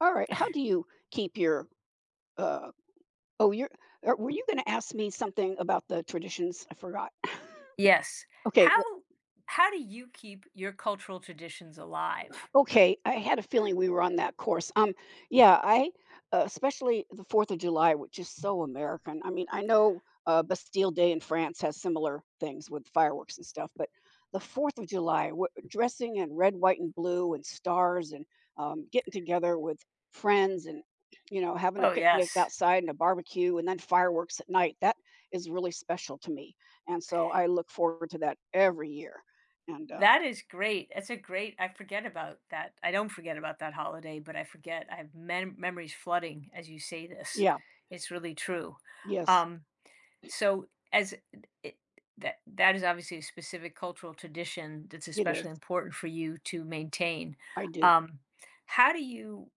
All right. How do you keep your, uh oh, you're, were you going to ask me something about the traditions? I forgot. Yes. Okay, How how do you keep your cultural traditions alive? Okay, I had a feeling we were on that course. Yeah, I especially the Fourth of July, which is so American. I mean, I know Bastille Day in France has similar things with fireworks and stuff, but the Fourth of July, dressing in red, white, and blue, and stars, and getting together with friends, and having a Oh, picnic yes. outside and a barbecue, and then fireworks at night. That is really special to me, and so I look forward to that every year. And That is great. That's a great I forget about that. I don't forget about that holiday, but I forget. I have memories flooding as you say this. yeah, It's really true. yes, Um, so as it, that that is obviously a specific cultural tradition that's it is. especially important for you to maintain. I do. Um, how do you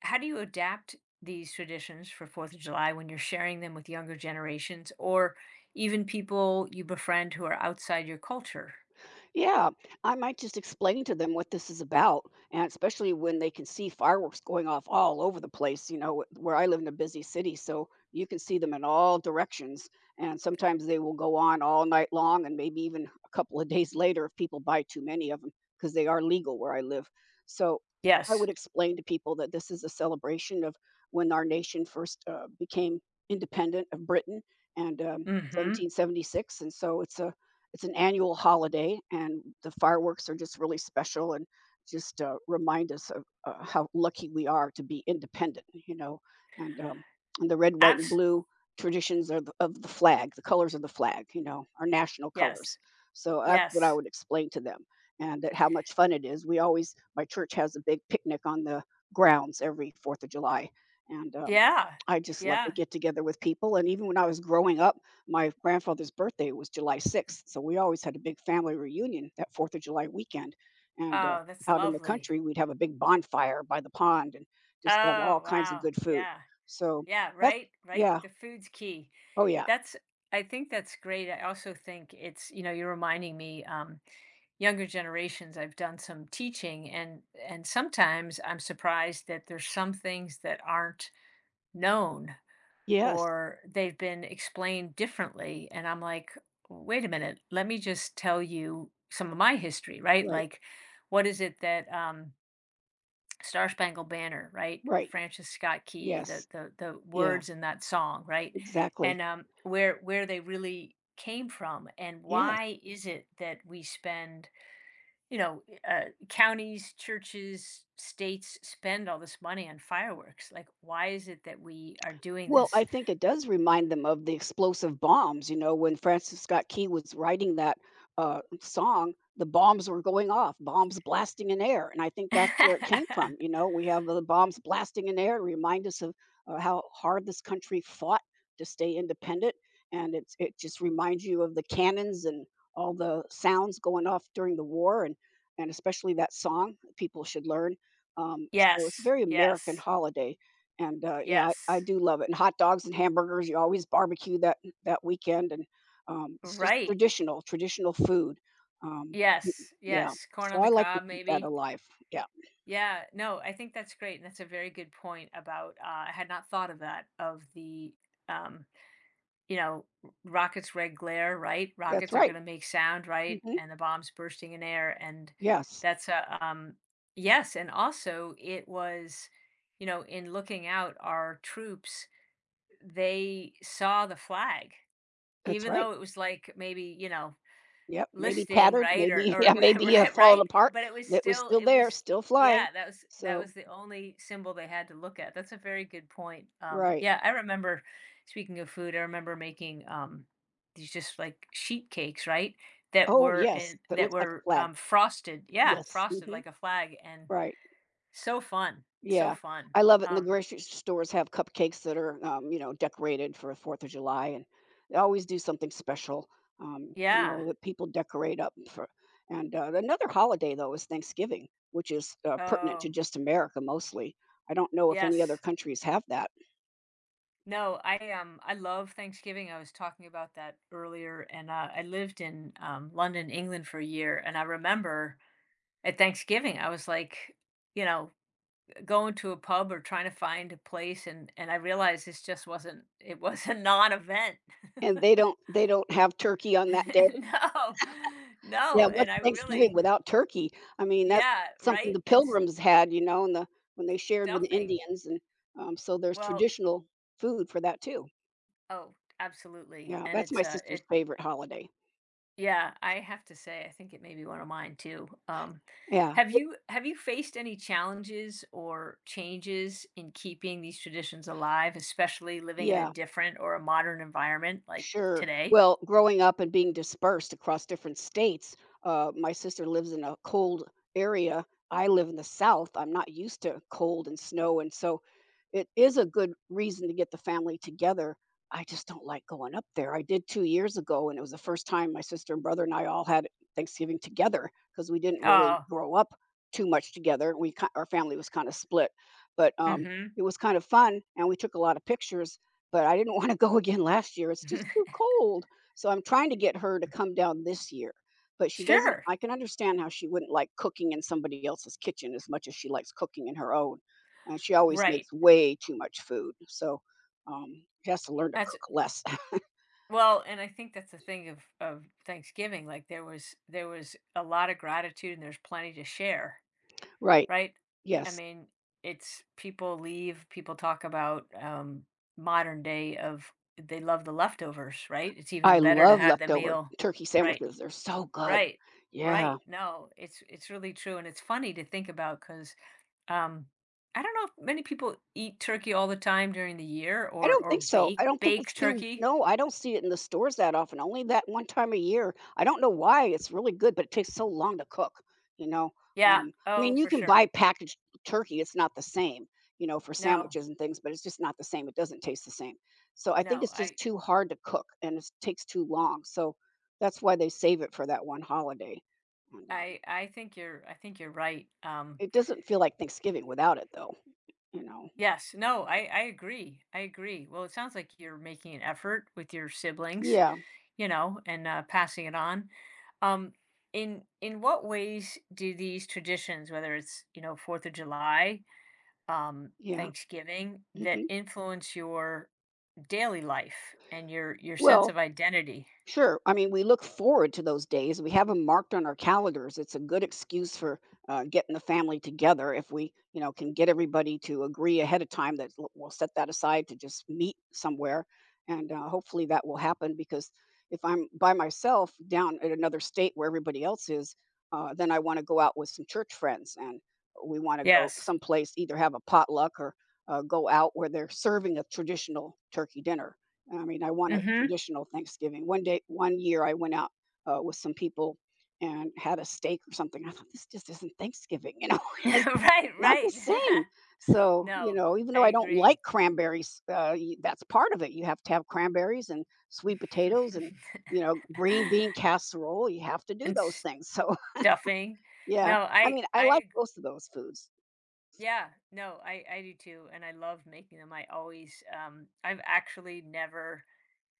how do you adapt these traditions for Fourth of July when you're sharing them with younger generations or even people you befriend who are outside your culture? Yeah, I might just explain to them what this is about, and especially when they can see fireworks going off all over the place. You know, where I live in a busy city, so you can see them in all directions, and sometimes they will go on all night long, and maybe even a couple of days later if people buy too many of them because they are legal where I live. So I Yes. would explain to people that this is a celebration of when our nation first became independent of Britain and Mm-hmm. 1776, and so it's an annual holiday, and the fireworks are just really special and just remind us of how lucky we are to be independent, you know. And, um, and the red, white, and Abs. blue traditions are of the flag, the colors of the flag, you know, our national Yes. colors. So that's what I Yes. would explain to them, and that how much fun it is. We always, my church has a big picnic on the grounds every Fourth of July, and Yeah. I just love to Yeah. get together with people. And even when I was growing up, my grandfather's birthday was July 6th, so we always had a big family reunion that Fourth of July weekend. And Oh, that's out in the lovely. country, we'd have a big bonfire by the pond and just have all Oh, kinds of wow. good food. Yeah. So Yeah. that's, Right. Right. yeah. The food's key. Oh, yeah. That's. I think that's great. I also think it's. You know, you're reminding me. Younger generations, I've done some teaching, and sometimes I'm surprised that there's some things that aren't known, Yes. or they've been explained differently, and I'm like, wait a minute, let me just tell you some of my history, right? Right. Like, what is it that, Star Spangled Banner, right? Right. Francis Scott Key, Yes. The Yeah. words in that song, right? Exactly. And where they really came from, and Yes. why is it that we spend, you know, counties, churches, states spend all this money on fireworks? Like, why is it that we are doing Well, this? I think it does remind them of the explosive bombs. You know, when Francis Scott Key was writing that song, the bombs were going off, bombs blasting in air. And I think that's where it came from. You know, we have the bombs blasting in air to remind us of how hard this country fought to stay independent. It just reminds you of the cannons and all the sounds going off during the war, and especially that song people should learn. So it's a Yes, very American yes, holiday. And, yeah, I yes. do love it, and hot dogs and hamburgers, you always barbecue that weekend, and, it's just Right. traditional food. Um, m Yes, Yeah, yes. Corn on so the I like to cob, keep that maybe. alive. Yeah, Yeah, no, I think that's great. And that's a very good point about, I had not thought of that, of the, um, you know, rockets red glare, right? that's Rockets are going right, to make sound, right? mhm, And the bombs bursting in air. And yes, that's a, yes. And also, it was, you know, in looking out, our troops, they saw the flag, that's even right, though it was like maybe, you know, yep, maybe listing, tattered, right? Or maybe yeah, or right, maybe, right, fallen right? apart, But it was that was still still it was there, still flying, yeah, that was that so was the only symbol they had to look at. That's a very good point. Right. Yeah, I remember, speaking of food, I remember making these just like sheet cakes, right? That Oh, were yes, in that that looks like a were flag, frosted. Yeah, yes, frosted mhm, like a flag and right. so fun. So Yeah, fun. I love it, and the Um grocery stores have cupcakes that are, decorated for Fourth of July, and they always do something special, yeah. That people decorate up for. And another holiday, though, is Thanksgiving, which is, pertinent to Oh, just America mostly. I don't know if any other yes. countries have that. No, I love Thanksgiving. I was talking about that earlier, and I lived in London, England for a year, and I remember at Thanksgiving I was like, you know, going to a pub or trying to find a place, and I realized this just wasn't it was a non-event. And they don't have turkey on that day. No, Yeah, no, what's and I Thanksgiving really, without turkey? I mean, that's yeah, something the right, and Pilgrims had, you know, and the when they shared with the stuffing. Indians, and, so there's Well, traditional food for that too. oh, absolutely, Yeah, and that's my it's sister's it favorite holiday. Yeah, I have to say, I think it may be one of mine too. Yeah, it Have you faced any challenges or changes in keeping these traditions alive, especially living in a yeah, different or a modern environment like sure. today? Well, growing up and being dispersed across different states, my sister lives in a cold area. I live in the South. I'm not used to cold and snow, and so it is a good reason to get the family together. I just don't like going up there. I did 2 years ago, and it was the first time my sister and brother and I all had Thanksgiving together because we didn't really Oh, grow up too much together. We ki Our family was kinda split, but, mm-hmm. it was kind of fun, and we took a lot of pictures, but I didn't wanna go again last year. It's just too cold. So I'm trying to get her to come down this year, but she doesn't. Sure. I can understand how she wouldn't like cooking in somebody else's kitchen as much as she likes cooking in her own, and she always Right. makes way too much food, so, she has to learn to That's cook less. well, and I think that's the thing of Thanksgiving. Like there was a lot of gratitude, and there's plenty to share. Right, Right? I yes. mean, it's people leave, people talk about, modern day of they love the leftovers, right? It's I even better to love have the leftover meal. turkey Right, sandwiches, they're so good. right, Yeah. right. No, it's really true, and it's funny to think about because, um, I don't know if many people eat turkey all the time during the year, I don't or think so. I bake don't think it's bake too. turkey. No, I don't see it in the stores that often, only that one time a year. I don't know why, it's really good, but it takes so long to cook, you know? Yeah. I Oh, mean, you for can buy sure. packaged turkey, it's not the same, you know, for No, sandwiches and things, but it's just not the same. It doesn't taste the same. So I think no, it's just I too hard to cook and it takes too long. So that's why they save it for that one holiday. And I I think you're I think you're right, it doesn't feel like Thanksgiving without it, though, you know? yes, no, I agree, I agree. Well, it sounds like you're making an effort with your siblings, Yeah, you know, and, passing it on. Um, in what ways do these traditions, whether it's, you know, 4th of July, yeah. Thanksgiving, that Hmm. influence your daily life and your sense Well, of identity? sure. I mean, we look forward to those days. We have them marked on our calendars. It's a good excuse for getting the family together if we, you know, can get everybody to agree ahead of time that we'll set that aside to just meet somewhere, and hopefully that will happen. Because if I'm by myself down at another state where everybody else is, then I want to go out with some church friends, and we want to go Yes. someplace, either have a potluck or go out where they're serving a traditional turkey dinner. I mean, I want a Mhm. traditional Thanksgiving. One day, one year, I went out with some people and had a steak or something. I thought this just isn't Thanksgiving, you know. It's Right, not the right. same. So, you No, know, even I though I don't like agree. cranberries, that's part of it. You have to have cranberries and sweet potatoes and green bean casserole. You have to do And those things. So, stuffing. yeah, No, I I mean, I like I most of those foods, yeah, no, I do too, and I love making them. I always, I've actually never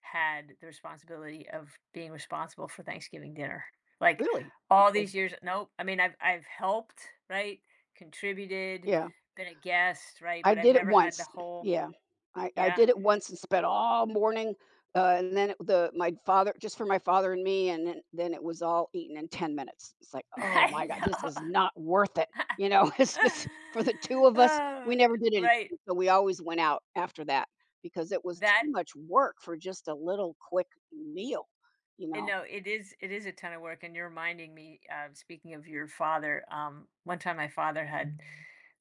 had the responsibility of being responsible for Thanksgiving dinner. Like, really. all Okay. these years nope, I mean, I've helped, right? Contributed, Yeah. been a guest, right? I But I've did it never had the once. whole Yeah. I yeah. did it once and spent all morning, and then it the my father, just for my father and me, and then it was all eaten in 10 minutes. It's like, "Oh my god, this is I not worth it." You know, it's know. just for the 2 of us, Oh, we never did right. anything, so we always went out after that because it was That too much work for just a little quick meal, you And know? no, it is a ton of work, and you're reminding me, speaking of your father, one time my father had,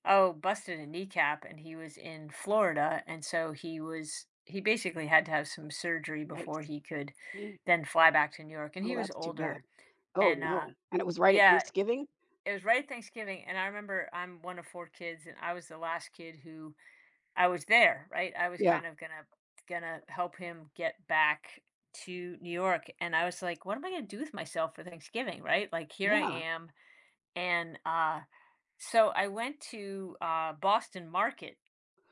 oh, busted a kneecap, and he was in Florida, and so he basically had to have some surgery before Yikes. he could Mm. then fly back to New York, and Oh, he was that's too bad. older, Oh, and no. And it was right at yeah, Thanksgiving? it was right at Thanksgiving, and I remember I'm one of four kids, and I was the last kid who I was there, right? I was Yeah. kind of gonna help him get back to New York, and I was like, "What am I gonna do with myself for Thanksgiving?" Right? Like, here I Yeah. am, and, so I went to, Boston Market,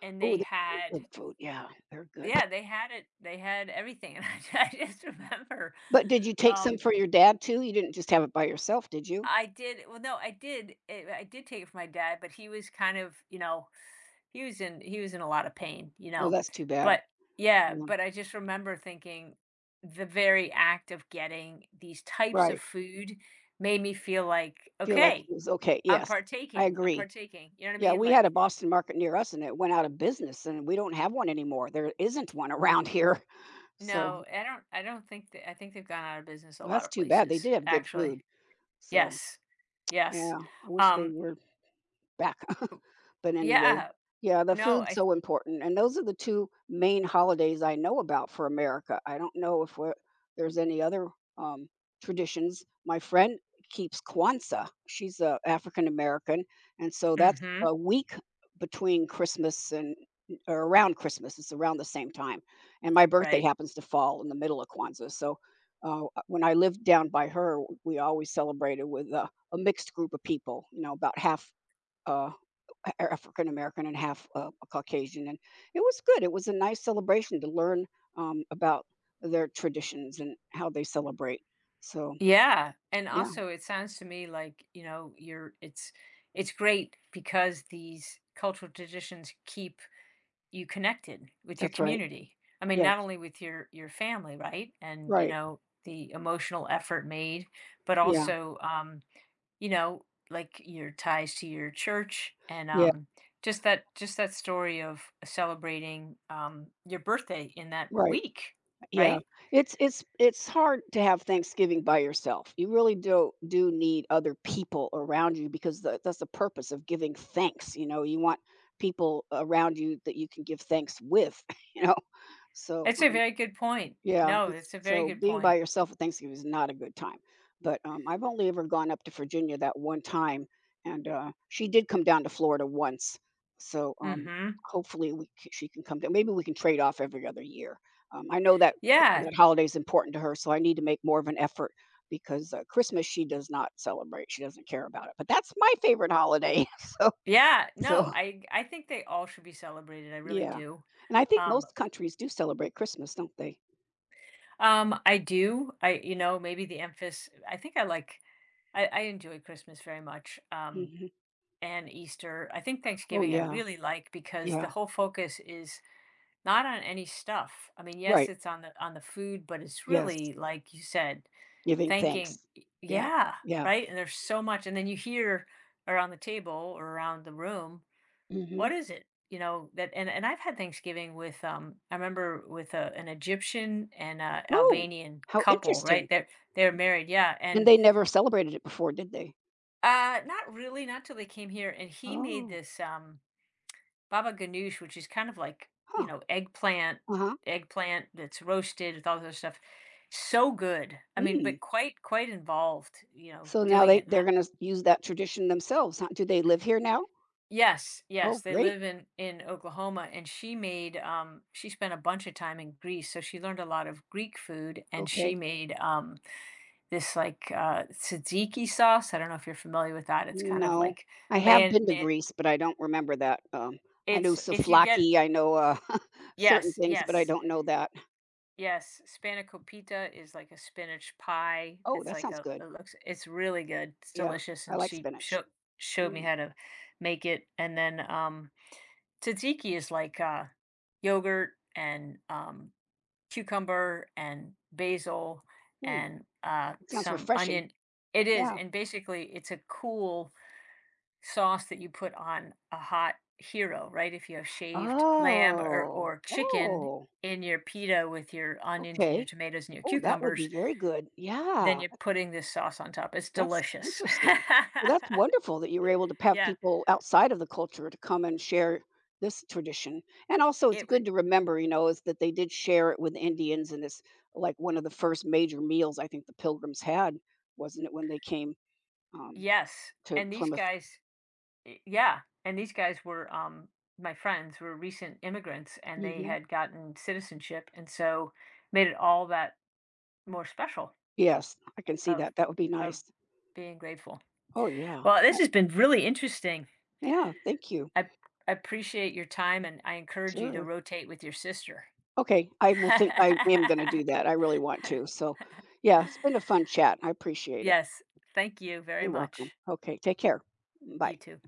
and Ooh, they they're had good food. Yeah, they're good. yeah, they had it, they had everything, and I just remember, But did you take some um, for your dad too? You didn't just have it by yourself, did you? I did well, no, I did, I did take it from my dad, but he was kind of, you know he was in a lot of pain, you Oh, know? that's too bad. But yeah, Mm, but I just remember thinking the very act of getting these types of right. food made me feel like, Feel like "Okay, he was okay, I'm yes, I partaking, I'm agree. partaking." You know what I Yeah, mean? we had a Like, Boston Market near us and it went out of business and we don't have one anymore. There isn't one around here. So, no, I don't think that I think they've gone out of business a well, lot that's of too bad. They places, did have good actually. food. So, Yes. Yes. yeah, I wish they Um, were back. But anyway, yeah. yeah, the No, food's I so important, and those are the 2 main holidays I know about for America. I don't know if we're there's any other, um, traditions. My friend keeps Kwanzaa. She's a African American, and so that's Mhm, a week between Christmas and, or around Christmas, it's around the same time, and my birthday right. happens to fall in the middle of Kwanzaa, so, when I lived down by her, we always celebrated with a mixed group of people, you know, about half uh African American and half Caucasian, and it was good. It was a nice celebration to learn about their traditions and how they celebrate. So Yeah, and yeah, also it sounds to me like, you know, you're it's great because these cultural traditions keep you connected with your that's right. community. I mean, Yes, not only with your family, right? And, you right. know, the emotional effort made, but Yeah, also you know, like your ties to your church, and yeah, just that story of celebrating your birthday in that right. week, Yeah, right? it's hard to have Thanksgiving by yourself. You really do need other people around you because that's the purpose of giving thanks. You know, you want people around you that you can give thanks with. You know, so. It's a very good point. Yeah, No, it's it's a very so good being by point. yourself at Thanksgiving is not a good time. But I've only ever gone up to Virginia that one time, and she did come down to Florida once. So Mhm. hopefully she can come down. Maybe we can trade off every other year. I know that Yeah. that holiday is important to her, so I need to make more of an effort because Christmas she does not celebrate. She doesn't care about it. But that's my favorite holiday. so Yeah. so No, I think they all should be celebrated. I really yeah, do. and I think Um, most countries do celebrate Christmas, don't they? I do. I you know, maybe the emphasis I think I like I enjoy Christmas very much. Hmm. And Easter. I think Oh Thanksgiving I yeah, really like because yeah, the whole focus is not on any stuff. I mean, yes, right. it's on the food, but it's Yes, really like you said, giving thanking thanks. Yeah, yeah, yeah. right? And there's so much, and then you hear around the table or around the room Mhm. What is it? You know, that and I've had Thanksgiving with, I remember, with a, an Egyptian and a Ooh, Albanian how couple, interesting. right? They're married, yeah. And And they never celebrated it before, did they? Not really, not till they came here. And he made Oh, this baba ganoush, which is kind of like, you huh, know, eggplant, uh-huh. eggplant that's roasted with all this other stuff. So good. I mean, Mm. but quite involved, you know, So now doing they it. And I, they're gonna use that tradition themselves, huh? Do they live here now? Yes, yes, Oh, they great. live in Oklahoma, and she made, she spent a bunch of time in Greece, so she learned a lot of Greek food, and she Okay. made, this, like, tzatziki sauce. I don't know if you're familiar with that. It's kind of No. like I have man been to man Greece, but I don't remember that. I know it's if you get souvlaki, I know, certain Yes, things, but I yes, don't know that. yes, spanakopita is like a spinach pie, Oh, it's that like sounds a good. it looks it's really good, it's Yeah, delicious, I and like she spinach. showed showed me Mm, how to make it, and then, tzatziki is like, yogurt and, cucumber and basil mm, and, it sounds some refreshing. onion. It is, Yeah. and basically, it's a cool sauce that you put on a hot hero, right? If you have shaved lamb or Oh, chicken oh, in your pita with your onions and your okay. tomatoes and your Oh, that would be cucumbers, very good. then Yeah, you're putting this sauce on top. It's that's delicious. interesting. Well, that's wonderful that you were able to have Yeah, people outside of the culture to come and share this tradition. And also, it's it would good to remember, is that they did share it with Indians, and it's like one of the first major meals I think the Pilgrims had, wasn't it, when they came um, Yes, to and these Plymouth? guys yeah, and these guys were, my friends were recent immigrants, and they Hmm. had gotten citizenship, and so made it all that more special Yes, I can see of that. That would be of nice. being grateful. Oh, yeah. Well, I- this has been really interesting. Yeah, thank you. I I appreciate your time, and I encourage you to Sure. rotate with your sister. Okay, I will think I am gonna do that, I really want to, so, yeah, it's been a fun chat, I appreciate it. Yes, thank you very You're welcome. much. Okay, take care. Bye. You too.